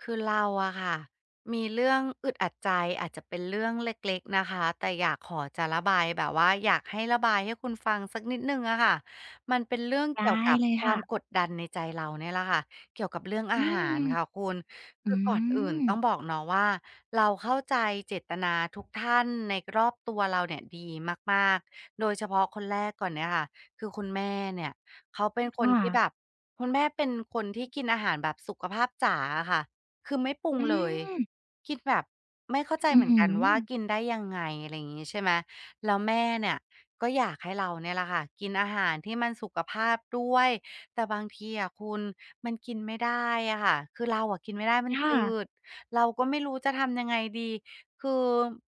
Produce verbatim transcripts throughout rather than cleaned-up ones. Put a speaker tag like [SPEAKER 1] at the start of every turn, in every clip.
[SPEAKER 1] คือเราอะค่ะมีเรื่องอึดอัดใจอาจจะเป็นเรื่องเล็กๆนะคะแต่อยากขอจะระบายแบบว่าอยากให้ระบายให้คุณฟังสักนิดนึงอะค่ะมันเป็นเรื่องเกี่ย
[SPEAKER 2] ได้
[SPEAKER 1] วกับ
[SPEAKER 2] เลย
[SPEAKER 1] ควา
[SPEAKER 2] ค่ะ
[SPEAKER 1] มกดดันในใจเราเนี่ยแหละค่ะเกี่ยวกับเรื่อง
[SPEAKER 2] อื
[SPEAKER 1] อาหาร
[SPEAKER 2] ม
[SPEAKER 1] ค่ะคุณ
[SPEAKER 2] อื
[SPEAKER 1] คือก่อนอื่นต้อง
[SPEAKER 2] ม
[SPEAKER 1] บอกเนาะว่าเราเข้าใจเจตนาทุกท่านในรอบตัวเราเนี่ยดีมากๆโดยเฉพาะคนแรกก่อนเนี่ยค่ะคือคุณแม่เนี่ยเขาเป็น
[SPEAKER 2] ค
[SPEAKER 1] คนที่แบบ
[SPEAKER 2] ่ะ
[SPEAKER 1] คุณแม่เป็นคนที่กินอาหารแบบสุขภาพจ๋าอะค่ะ คือไม่ปรุง
[SPEAKER 2] อื
[SPEAKER 1] เลย
[SPEAKER 2] ม
[SPEAKER 1] คิดแบบไม่เข้าใจ
[SPEAKER 2] อื้
[SPEAKER 1] เห
[SPEAKER 2] อ
[SPEAKER 1] มือน
[SPEAKER 2] ฮื
[SPEAKER 1] กัน
[SPEAKER 2] อ
[SPEAKER 1] ว่ากินได้ยังไงอะไรอย่างงี้ใช่ไหมแล้วแม่เนี่ยก็อยากให้เราเนี่ยแหละค่ะกินอาหารที่มันสุขภาพด้วยแต่บางทีอะคุณมันกินไม่ได้อะค่ะคือเราอะกินไม่ได้มันจื
[SPEAKER 2] ค่ะ
[SPEAKER 1] ดเราก็ไม่รู้จะทำยังไงดีคือ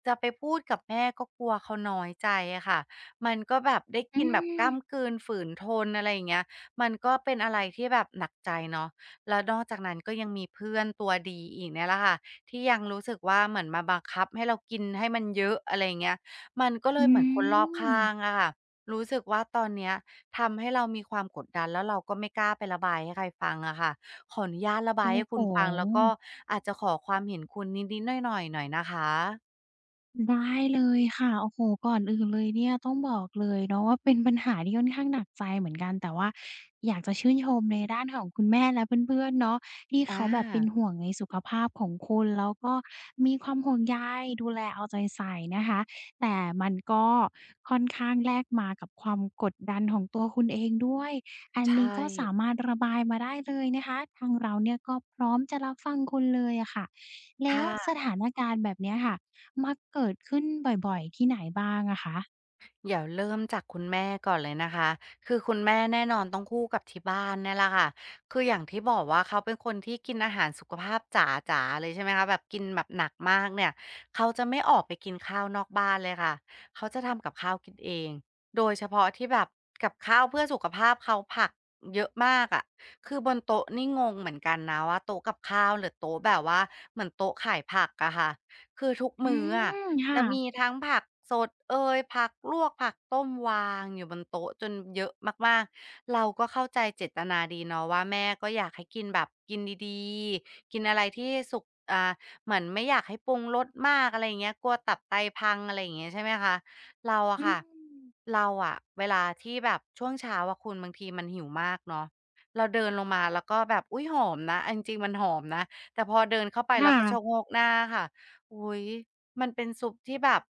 [SPEAKER 1] จะไปพูดกับแม่ก็กลัวเขาน้อยใจอะค่ะมันก็แบบได้
[SPEAKER 2] อื
[SPEAKER 1] กินแบบกล้ำก
[SPEAKER 2] ม
[SPEAKER 1] ลืนฝืนทนอะไรอย่างเงี้ยมันก็เป็นอะไรที่แบบหนักใจเนาะ แล้วนอกจากนั้นก็ยังมีเพื่อนตัวดีอีกเนี่ยแหละค่ะที่ยังรู้สึกว่าเหมือนมาบังคับให้เรากินให้มันเยอะอะไรอย่างเงี้ยมันก็เล
[SPEAKER 2] อื
[SPEAKER 1] ยเหมือนคนรอบ
[SPEAKER 2] ม
[SPEAKER 1] ข้างอะค่ะรู้สึกว่าตอนเนี้ยทำให้เรามีความกดดันแล้วเราก็ไม่กล้าไประบายให้ใครฟังอะค่ะขออนุญาตระบา
[SPEAKER 2] โอ้
[SPEAKER 1] ยให้
[SPEAKER 2] โฮ
[SPEAKER 1] คุณฟังแล้วก็อาจจะขอความเห็นคุณนิดๆหน่อยๆหน่อยนะคะ
[SPEAKER 2] ได้เลยค่ะโอ้โฮก่อนอื่นเลยเนี่ยต้องบอกเลยเนาะว่าเป็นปัญหาที่ค่อนข้างหนักใจเหมือนกันแต่ว่าอยากจะชื่นชมในด้านของคุณแม่และเพื่อนๆเนาะที่
[SPEAKER 1] อ
[SPEAKER 2] เขาแบบเป็นห่
[SPEAKER 1] า
[SPEAKER 2] วงในสุขภาพของคุณแล้วก็มีความห่วงใยดูแลเอาใจใส่นะคะแต่มันก็ค่อนข้างแลกมากับความกดดันของตัวคุณเองด้วยอันนี้
[SPEAKER 1] ใช่
[SPEAKER 2] ก็สามารถระบายมาได้เลยนะคะทางเราเนี่ยก็พร้อมจะรับฟังคุณเลยอะค่ะแล้วส
[SPEAKER 1] ค่ะ
[SPEAKER 2] ถานการณ์แบบเนี้ยค่ะ มักเกิดขึ้นบ่อยๆที่ไหนบ้างอะคะ
[SPEAKER 1] เดี๋ยวเริ่มจากคุณแม่ก่อนเลยนะคะคือคุณแม่แน่นอนต้องคู่กับที่บ้านเนี่ยแหละค่ะคืออย่างที่บอกว่าเขาเป็นคนที่กินอาหารสุขภาพจ๋าๆเลยใช่ไหมคะแบบกินแบบหนักมากเนี่ยเขาจะไม่ออกไปกินข้าวนอกบ้านเลยค่ะเขาจะทำกับข้าวกินเองโดยเฉพาะที่แบบกับข้าวเพื่อสุขภาพเขาผักเยอะมากอะคือบนโต๊ะนี่งงเหมือนกันนะว่าโต๊ะกับข้าวหรือโต๊ะแบบว่าเหมือนโต๊ะขายผักอะค่ะคือทุก
[SPEAKER 2] อื
[SPEAKER 1] มื้ออะ
[SPEAKER 2] มค่ะ
[SPEAKER 1] จะมีทั้งผักสดเอยผักลวกผักต้มวางอยู่บนโต๊ะจนเยอะมากๆเราก็เข้าใจเจตนาดีเนาะว่าแม่ก็อยากให้กินแบบกินดีๆกินอะไรที่สุกอ่าเหมือนไม่อยากให้ปรุงรสมากอะไรอย่างเงี้ยกลัวตับไตพังอะไรอย่างเงี้ยใช่ไหมคะเราอะ
[SPEAKER 2] อืม
[SPEAKER 1] ค่ะเราอะเวลาที่แบบช่วงเช้าอะคุณบางทีมันหิวมากเนาะเราเดินลงมาแล้วก็แบบอุ๊ยหอมนะเอาจริงๆมันหอมนะแต่พอเดินเข้าไป
[SPEAKER 2] ค
[SPEAKER 1] แล้วก็ชะโง
[SPEAKER 2] ่ะ
[SPEAKER 1] กหน้าค่ะอุ๊ย มันเป็นซุปที่แบบ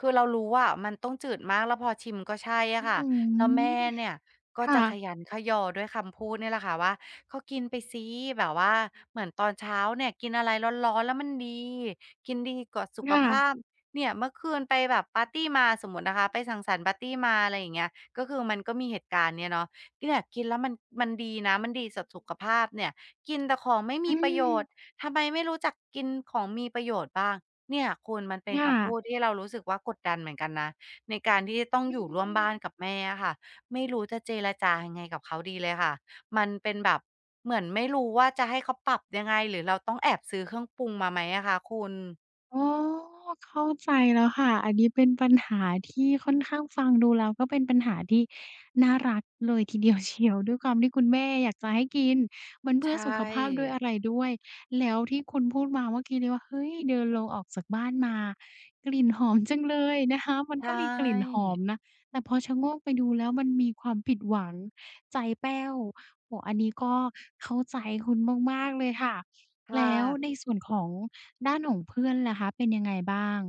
[SPEAKER 1] คือเรารู้ว่ามันต้องจืดมาก แล้วพอชิมก็ใช่อะ
[SPEAKER 2] อื้อ
[SPEAKER 1] ค่ะ
[SPEAKER 2] ฮื
[SPEAKER 1] แล้วแม่
[SPEAKER 2] อ
[SPEAKER 1] เนี่ยก็
[SPEAKER 2] ค่ะ
[SPEAKER 1] จะขยันขยอด้วยคำพูดเนี่ยแหละค่ะว่าก็กินไปสิแบบว่าเหมือนตอนเช้าเนี่ยกินอะไรร้อนๆแล้วมันดี กินดีกว่าสุข
[SPEAKER 2] ค่ะ
[SPEAKER 1] ภาพเนี่ยเมื่อคืนไปแบบปาร์ตีมาสมมุตินะคะไปสังสรรค์ปาร์ตีมาอะไรอย่างเงี้ยก็คือมันก็มีเหตุการณ์เนี้ยเนาะเนี่ยกินแล้วมันมันดีนะมันดีต่อสุขภาพเนี่ยกินแต่ของไม่
[SPEAKER 2] อื
[SPEAKER 1] มีประโย
[SPEAKER 2] ม
[SPEAKER 1] ชน์ทำไมไม่รู้จักกินของมีประโยชน์บ้าง เนี่ยคุณมันเป็น
[SPEAKER 2] ค่ะ
[SPEAKER 1] คำพูดที่เรารู้สึกว่ากดดันเหมือนกันนะในการที่ต้อง
[SPEAKER 2] อื
[SPEAKER 1] อยู่ร่วมบ้านกับ
[SPEAKER 2] ม
[SPEAKER 1] แม่อะค่ะไม่รู้จะเจรจายังไงกับเขาดีเลยค่ะมันเป็นแบบเหมือนไม่รู้ว่าจะให้เขาปรับยังไงหรือเราต้องแอบซื้อเครื่องปรุงมาไหมอะคะคุณ
[SPEAKER 2] อ๋อเข้าใจแล้วค่ะอันนี้เป็นปัญหาที่ค่อนข้างฟังดูแล้วก็เป็นปัญหาที่น่ารักเลยทีเดียวเชียวด้วยความที่คุณแม่อยากจะให้กินมันเพื่อ
[SPEAKER 1] ใช่
[SPEAKER 2] สุขภาพด้วยอะไรด้วยแล้วที่คุณพูดมาเมื่อกี้นี้ว่าเฮ้ยเดินลงออกจากบ้านมากลิ่นหอมจังเลยนะคะมัน
[SPEAKER 1] ใช
[SPEAKER 2] ก็มีกลิ่นห
[SPEAKER 1] ่
[SPEAKER 2] อมนะแต่พอชะโงกไปดูแล้วมันมีความผิดหวังใจแป้วโอ้โฮอันนี้ก็เข้าใจคุณมากๆเลยค่ะ
[SPEAKER 1] ค่ะ
[SPEAKER 2] แล้วในส่วนของ ด้านของเพื่อนล่ะคะเป็นยังไงบ้าง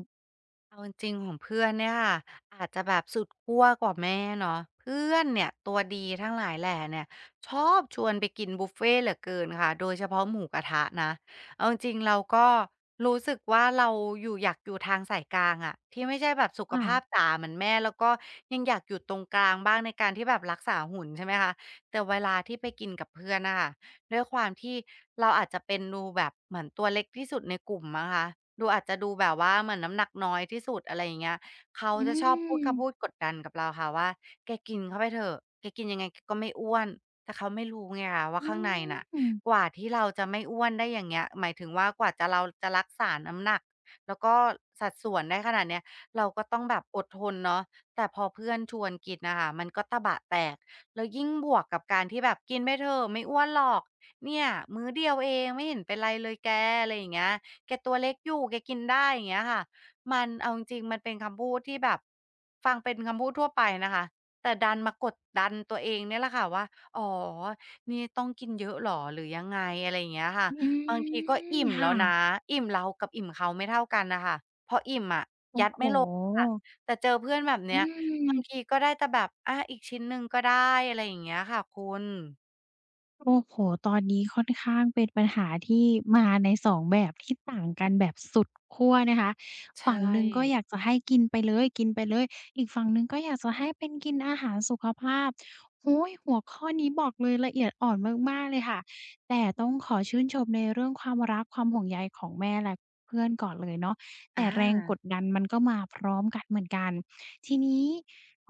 [SPEAKER 1] เอาจริงๆของเพื่อนเนี่ยค่ะอาจจะแบบสุดขั้วกว่าแม่เนาะเพื่อนเนี่ยตัวดีทั้งหลายแหล่เนี่ยชอบชวนไปกินบุฟเฟต์เหลือเกินค่ะโดยเฉพาะหมูกระทะนะเอาจริงๆเราก็รู้สึกว่าเราอยู่อยากอยู่ทางสายกลางอะที่ไม่ใช่แบบสุขภาพ
[SPEAKER 2] ค่ะ
[SPEAKER 1] จ๋าเหมือนแม่แล้วก็ยังอยากอยู่ตรงกลางบ้างในการที่แบบรักษาหุ่นใช่ไหมคะแต่เวลาที่ไปกินกับเพื่อนนะคะ ด้วยความที่เราอาจจะเป็นดูแบบเหมือนตัวเล็กที่สุดในกลุ่มมะ้งคะดูอาจจะดูแบบว่าเหมือนน้ำหนักน้อยที่สุดอะไรอย่างเงี้ยเขา
[SPEAKER 2] อื
[SPEAKER 1] จะชอบพูดคำพูด
[SPEAKER 2] ม
[SPEAKER 1] กดดันกับเราค่ะว่าแกกินเข้าไปเถอะแกกินยังไงแกก็ไม่อ้วนแต่เขาไม่รู้ไงคะว่า
[SPEAKER 2] อื
[SPEAKER 1] ข้างในน่ะ
[SPEAKER 2] ม
[SPEAKER 1] กว่าที่เราจะไม่อ้วนได้อย่างเงี้ยหมายถึงว่ากว่าจะเราจะรักษาน้ำหนักแล้วก็สัดส่วนได้ขนาดเนี้ยเราก็ต้องแบบอดทนเนาะแต่พอเพื่อนชวนกินน่ะค่ะมันก็ตะบะแตกแล้วยิ่งบวกกับการที่แบบกินไปเถอะไม่อ้วนหรอก เนี่ยมื้อเดียวเองไม่เห็นเป็นไรเลยแกอะไรอย่างเงี้ยแกตัวเล็กอยู่แกกินได้อย่างเงี้ยค่ะมันเอาจริงๆมันเป็นคำพูดที่แบบฟังเป็นคำพูดทั่วไปนะคะแต่ดันมากดดันตัวเองเนี่ยแหละค่ะว่าอ๋อนี่ต้องกินเยอะเหรอหรือยังไงอะไรอย่างเงี้ยค่ะ
[SPEAKER 2] อื
[SPEAKER 1] บางที
[SPEAKER 2] ม
[SPEAKER 1] ก็อิ่มแล้วนะ
[SPEAKER 2] ค่ะ
[SPEAKER 1] อิ่มเรากับอิ่มเขาไม่เท่ากันน่ะค่ะพออิ่มอะ
[SPEAKER 2] โอ้
[SPEAKER 1] ยัด
[SPEAKER 2] โฮ
[SPEAKER 1] ไม่ลงค่ะแต่เจอเพื่อนแบบ
[SPEAKER 2] อื
[SPEAKER 1] เนี้ยบางที
[SPEAKER 2] ม
[SPEAKER 1] ก็ได้แต่แบบอาอีกชิ้นหนึ่งก็ได้อะไรอย่างเงี้ยค่ะคุณ
[SPEAKER 2] โอ้โฮตอนนี้ค่อนข้างเป็นปัญหาที่มาในสองแบบที่ต่างกันแบบสุดขั้วนะคะ
[SPEAKER 1] ใช
[SPEAKER 2] ฝั่ง
[SPEAKER 1] ่
[SPEAKER 2] หนึ่งก็อยากจะให้กินไปเลยกินไปเลย อีกฝั่งหนึ่งก็อยากจะให้เป็นกินอาหารสุขภาพโอ้โฮหัวข้อนี้บอกเลยละเอียดอ่อนมากๆเลยค่ะ แต่ต้องขอชื่นชมในเรื่องความรักความห่วงใยของแม่และเพื่อนก่อนเลยเนาะ
[SPEAKER 1] อ
[SPEAKER 2] แต่แรงก
[SPEAKER 1] า
[SPEAKER 2] ดดันมันก็มาพร้อมกันเหมือนกันทีนี้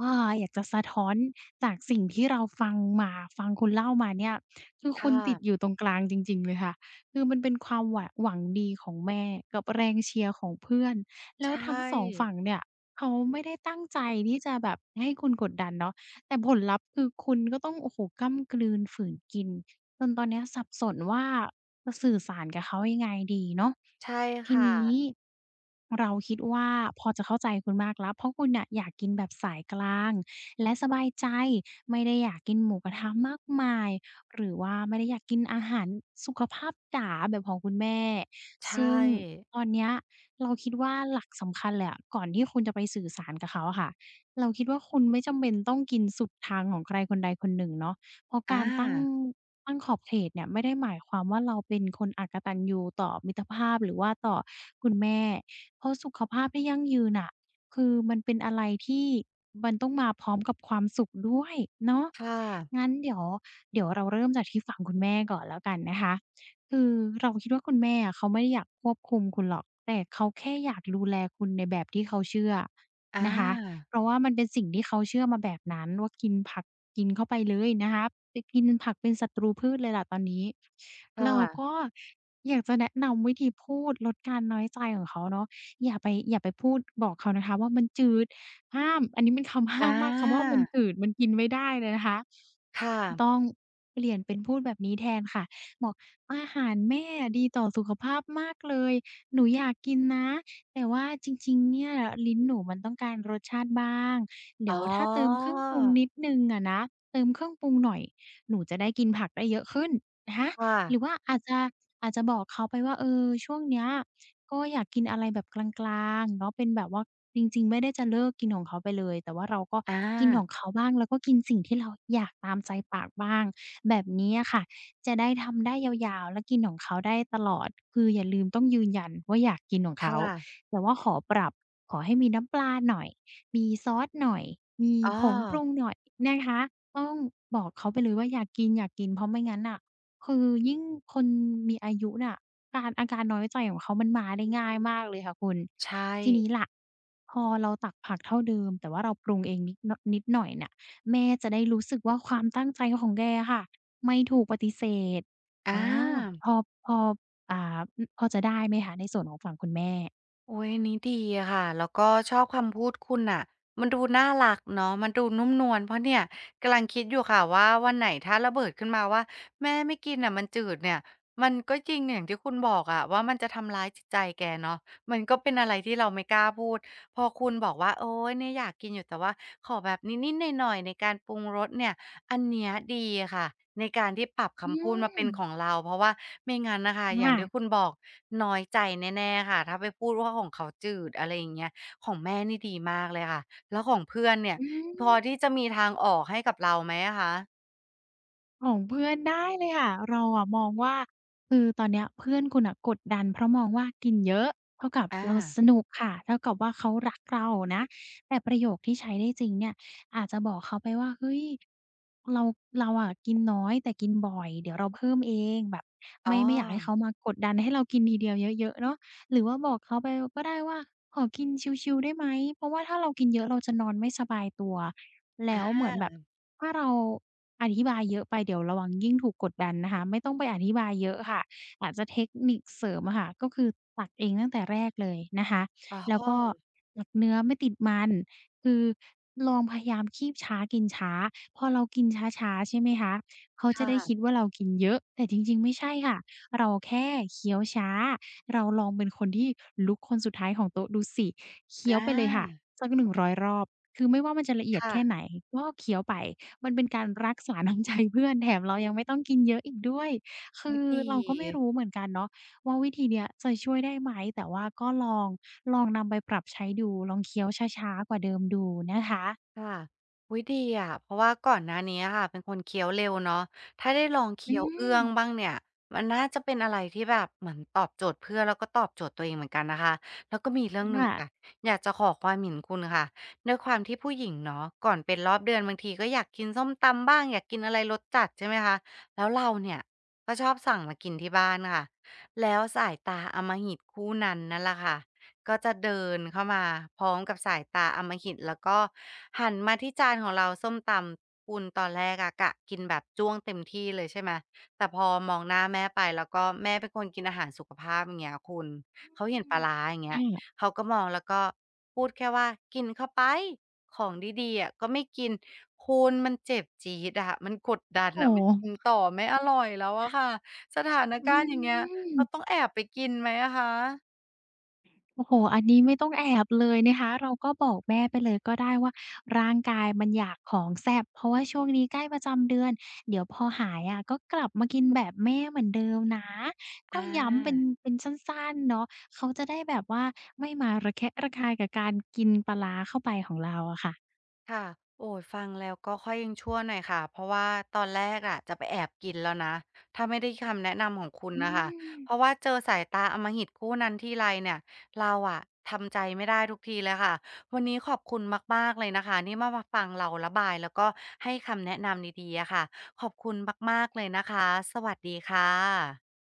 [SPEAKER 2] อ่าอยากจะสะท้อนจากสิ่งที่เราฟังมาฟังคุณเล่ามาเนี่ย คือคน
[SPEAKER 1] ค่ะ
[SPEAKER 2] ติดอยู่ตรงกลางจริงๆเลยค่ะ คือมันเป็นความหวะหวังดีของแม่กับแรงเชียร์ของเพื่อน
[SPEAKER 1] ใช
[SPEAKER 2] แล้วทั้ง
[SPEAKER 1] ่
[SPEAKER 2] สองฝั่งเนี่ยเขาไม่ได้ตั้งใจที่จะแบบให้คุณกดดันเนาะแต่ผลลัพธ์คือคุณก็ต้องโอ้โฮก้ำกลืนฝืนกินจนตอนเนี้ยสับสนว่าจะสื่อสารกับเขายังไงดีเนาะ
[SPEAKER 1] ใช่
[SPEAKER 2] ที
[SPEAKER 1] ค
[SPEAKER 2] นี้
[SPEAKER 1] ่ะ
[SPEAKER 2] เราคิดว่าพอจะเข้าใจคุณมากแล้วเพราะคุณน่ะอยากกินแบบสายกลางและสบายใจไม่ได้อยากกินหมูกระทะมากมาย หรือว่าไม่ได้อยากกินอาหารสุขภาพจ๋าแบบของคุณแม่
[SPEAKER 1] ใช
[SPEAKER 2] ซึ่ง
[SPEAKER 1] ่
[SPEAKER 2] ตอนเนี้ยเราคิดว่าหลักสำคัญเลยอะก่อนที่คุณจะไปสื่อสารกับเขาอะค่ะเราคิดว่าคุณไม่จำเป็นต้องกินสุดทางของใครคนใดคนหนึ่งเนาะเพราะกา
[SPEAKER 1] อา
[SPEAKER 2] รตั้งตั้งขอบเขตเนี่ยไม่ได้หมายความว่าเราเป็นคนอกตัญญูต่อมิตรภาพหรือว่าต่อคุณแม่เพราะสุขภาพที่ยั่งยืนน่ะคือมันเป็นอะไรที่มันต้องมาพร้อมกับความสุขด้วยเนาะ
[SPEAKER 1] ค่ะ
[SPEAKER 2] งั้นเดี๋ยว เดี๋ยวเราเริ่มจากที่ฝั่งคุณแม่ก่อนแล้วกันนะคะคือเราคิดว่าคุณแม่อะเขาไม่ได้อยากควบคุมคุณหรอกแต่เขาแค่อยากดูแลคุณในแบบที่เขาเชื่อ
[SPEAKER 1] อา
[SPEAKER 2] นะคะเพราะว่ามันเป็นสิ่งที่เขาเชื่อมาแบบนั้นว่ากินผักกินเข้าไปเลยนะคะไปกินผักเป็นศัตรูพืชเลยล่ะตอนนี้
[SPEAKER 1] ค่
[SPEAKER 2] เราก็
[SPEAKER 1] ะ
[SPEAKER 2] อยากจะแนะนำวิธีพูดลดการน้อยใจของเขาเนาะอย่าไปอย่าไปพูดบอกเขานะคะว่ามันจืด ห้ามอันนี้เป็นคำ
[SPEAKER 1] อ
[SPEAKER 2] ห้ามมากคำว่ามั
[SPEAKER 1] า
[SPEAKER 2] นจืดมันกินไม่ได้เลยนะคะ
[SPEAKER 1] ค่ะ
[SPEAKER 2] ต้องเปลี่ยนเป็นพูดแบบนี้แทนค่ะบอกอาหารแม่อะดีต่อสุขภาพมากเลยหนูอยากกินนะแต่ว่าจริงๆเนี่ยลิ้นหนูมันต้องการรสชาติบ้าง
[SPEAKER 1] อ๋
[SPEAKER 2] เดี๋ยว
[SPEAKER 1] อ
[SPEAKER 2] ถ้าเติมเครื่องปรุงนิดหนึ่งอะนะเติมเครื่องปรุงหน่อยหนูจะได้กินผักได้เยอะขึ้นนะคะ
[SPEAKER 1] ค่ะ
[SPEAKER 2] หรือว่าอาจจะอาจจะบอกเขาไปว่าเออช่วงเนี้ย ก็อยากกินอะไรแบบกลางๆเนาะเป็นแบบว่าจริงๆไม่ได้จะเลิกกินของเขาไปเลยแต่ว่าเราก็
[SPEAKER 1] อา
[SPEAKER 2] กินของเขาบ้างแล้วก็กินสิ่งที่เราอยากตามใจปากบ้างแบบนี้อะค่ะจะได้ทำได้ยาวๆและกินของเขาได้ตลอดคืออย่าลืมต้องยืนยันว่าอยากกินของเขา
[SPEAKER 1] ค่ะ
[SPEAKER 2] แต่ว่าขอปรับขอให้มีน้ำปลาหน่อยมีซอสหน่อยมี
[SPEAKER 1] อ้อ
[SPEAKER 2] ผงปรุงหน่อยนะคะต้องบอกเขาไปเลยว่าอยากกินๆเพราะไม่งั้นน่ะคือยิ่งคนมีอายุน่ะ การอาการน้อยใจของเขามันมาได้ง่ายมากเลยค่ะคุณ
[SPEAKER 1] ใช่
[SPEAKER 2] ทีนี้ล่ะพอเราตักผักเท่าเดิมแต่ว่าเราปรุงเองนิดนนิดหน่อยเนี่ยแม่จะได้รู้สึกว่าความตั้งใจของแกอะค่ะไม่ถูกปฏิเสธ
[SPEAKER 1] อ
[SPEAKER 2] อาพ
[SPEAKER 1] า
[SPEAKER 2] อพออ่าอพอจะได้ไหมคะในส่วนของฝั่งคุณแม่
[SPEAKER 1] โอ้ยอันนี้ดีอะค่ะแล้วก็ชอบคำพูดคุณน่ะมันดูน่ารักเนาะมันดูนุ่มนวลเพราะเนี่ยกำลังคิดอยู่ค่ะว่าวันไหนถ้าระเบิดขึ้นมาว่าแม่ไม่กินอ่ะมันจืดเนี่ยมันก็จริงอย่างที่คุณบอกอะว่ามันจะทำร้ายจิตใจแกเนาะมันก็เป็นอะไรที่เราไม่กล้าพูดพอคุณบอกว่าโอ้ยเนี่ยอยากกินอยู่แต่ว่าขอแบบนิดๆหน่อยๆในการปรุงรสเนี่ย อันเนี้ยดีค่ะในการที่ปรับ
[SPEAKER 2] อื
[SPEAKER 1] คำพูดมา
[SPEAKER 2] ม
[SPEAKER 1] เป็นของเราเพราะว่าไม่งั้นน่ะค่ะอย่าง
[SPEAKER 2] ค่ะ
[SPEAKER 1] ที่คุณบอกน้อยใจแน่ๆค่ะถ้าไปพูดว่าของเขาจืดอะไรอย่างเงี้ยของแม่นี่ดีมากเลยค่ะแล้วของเพื่อนเนี่ย
[SPEAKER 2] อื
[SPEAKER 1] พอ
[SPEAKER 2] ม
[SPEAKER 1] ที่จะมีทางออกให้กับเราไหมอะคะ
[SPEAKER 2] ของเพื่อนได้เลยค่ะเราอะมองว่าคือตอนเนี้ยเพื่อนคุณน่ะกดดันเพราะมองว่ากินเยอะเท่ากับ
[SPEAKER 1] อา
[SPEAKER 2] เราสนุกค่ะเท่ากับว่าเขารักเรานะแต่ประโยคที่ใช้ได้จริงเนี่ยอาจจะบอกเขาไปว่าเฮ้ยเราเราอะกินน้อยแต่กินบ่อยเดี๋ยวเราเพิ่มเองแบบ
[SPEAKER 1] อ๋อ
[SPEAKER 2] ไม่ไม่อยากให้เขามากดดันให้เรากินทีเดียวเยอะๆเนาะหรือว่าบอกเขาไปก็ได้ว่าขอกินชิลๆได้ไหมเพราะว่าถ้าเรากินเยอะเราจะนอนไม่สบายตัว
[SPEAKER 1] อ
[SPEAKER 2] แล้ว
[SPEAKER 1] า
[SPEAKER 2] เหมือนแบบถ้าเราอธิบายเยอะไปเดี๋ยวระวังยิ่งถูกกดดันนะคะไม่ต้องไปอธิบายเยอะค่ะอาจจะเทคนิคเสริมอะค่ะก็คือตักเองตั้งแต่แรกเลยนะคะ
[SPEAKER 1] อ๋
[SPEAKER 2] แล้ว
[SPEAKER 1] อ
[SPEAKER 2] ก็ตักเนื้อไม่ติดมันคือลองพยายามคีบช้ากินช้าพอเรากินช้าๆใช่ไหมคะเขา
[SPEAKER 1] ค
[SPEAKER 2] จะได้คิด
[SPEAKER 1] ่ะ
[SPEAKER 2] ว่าเรากินเยอะแต่จริงๆไม่ใช่ค่ะเราแค่เคี้ยวช้าเราลองเป็นคนที่ลุกคนสุดท้ายของโต๊ะดูสิ
[SPEAKER 1] อ
[SPEAKER 2] เคี้ยวไปเลยค่ะ
[SPEAKER 1] า
[SPEAKER 2] สักหนึ่งร้อยรอบ คือไม่ว่ามันจะละเอียดแค่ไห
[SPEAKER 1] ค่ะ
[SPEAKER 2] นก็เคี้ยวไป มันเป็นการรักษาน้ำใจเพื่อน แถมเรายังไม่ต้องกินเยอะอีกด้วย
[SPEAKER 1] โอ๊
[SPEAKER 2] คื
[SPEAKER 1] ย
[SPEAKER 2] อ
[SPEAKER 1] ดี
[SPEAKER 2] เราก็ไม่รู้เหมือนกันเนาะว่าวิธีเนี้ยจะช่วยได้ไหมแต่ว่าก็ลองลองนำไปปรับใช้ดูลองเคี้ยวช้าๆกว่าเดิมดูนะคะ
[SPEAKER 1] ค่ะอุ๊ยดีอะเพราะว่าก่อนหน้านี้อะค่ะเป็นคนเคี้ยวเร็วเนาะถ้าได้ลอง
[SPEAKER 2] อื
[SPEAKER 1] เคี้ยวเอื้
[SPEAKER 2] ม
[SPEAKER 1] องบ้างเนี่ยมันน่าจะเป็นอะไรที่แบบเหมือนตอบโจทย์เพื่อนแล้วก็ตอบโจทย์ตัวเองเหมือนกันนะคะแล้วก็มีเรื่องหนึ่งค่ะ
[SPEAKER 2] ค่ะ
[SPEAKER 1] อยากจะขอความเห็นคุณค่ะด้วยความที่ผู้หญิงเนาะก่อนเป็นรอบเดือนบางทีก็อยากกินส้มตำบ้างอยากกินอะไรรสจัดใช่ไหมคะแล้วเราเนี่ยก็ชอบสั่งมากินที่บ้านค่ะแล้วสายตาอำมหิตคู่นั้นนั่นล่ะค่ะ ก็จะเดินเข้ามาพร้อมกับสายตาอำมหิตแล้วก็หันมาที่จานของเราส้มตำคุณตอนแรกอะกะกินแบบจ้วงเต็มที่เลยใช่ไหมแต่พอมองหน้าแม่ไปแล้วก็แม่เป็นคนกินอาหารสุขภาพอย่างเงี้ยคุณเขา
[SPEAKER 2] อื
[SPEAKER 1] เห็นป
[SPEAKER 2] ม
[SPEAKER 1] ลาร้าอย่างเงี้ย
[SPEAKER 2] ค่ะ
[SPEAKER 1] เขาก็มองแล้วก็พูดแค่ว่ากินเข้าไปของดีๆอะก็ไม่กินคุณมันเจ็บจี๊ดอะมันกดดัน
[SPEAKER 2] โอ้
[SPEAKER 1] อะมันกิน
[SPEAKER 2] โฮ
[SPEAKER 1] ต่อไม่อร่อยแล้วอะค่ะสถาน
[SPEAKER 2] อื
[SPEAKER 1] การณ์อย่างเงี้ย
[SPEAKER 2] ม
[SPEAKER 1] เราต้องแอบไปกินไหมอะคะ
[SPEAKER 2] โอ้โฮอันนี้ไม่ต้องแอบเลยนะคะเราก็บอกแม่ไปเลยก็ได้ว่าร่างกายมันอยากของแซ่บเพราะว่าช่วงนี้ใกล้ประจำเดือนเดี๋ยวพอหายอะก็กลับมากินแบบแม่เหมือนเดิมนะก็
[SPEAKER 1] อา
[SPEAKER 2] ย้ำเป็นเป็นสั้นๆเนาะเขาจะได้แบบว่าไม่มาระแคะระคายกับการกินปลาร้าเข้าไปของเราอะค่ะ
[SPEAKER 1] ค่ะโอ้ยฟังแล้วก็ค่อยยังชั่วหน่อยค่ะเพราะว่าตอนแรกอะจะไปแอบกินแล้วนะถ้าไม่ได้คำแนะนำของคุณ
[SPEAKER 2] อื
[SPEAKER 1] นะคะ
[SPEAKER 2] ม
[SPEAKER 1] เพราะว่าเจอสายตาอำมหิตคู่นั้นทีไรเนี่ยเราอะทำใจไม่ได้ทุกทีเลยค่ะวันนี้ขอบคุณมากๆเลยนะคะนี่มามาฟังเราระบายแล้วก็ให้คำแนะนำดีๆอะค่ะขอบคุณมากๆเลยนะคะสวัสดีค่ะ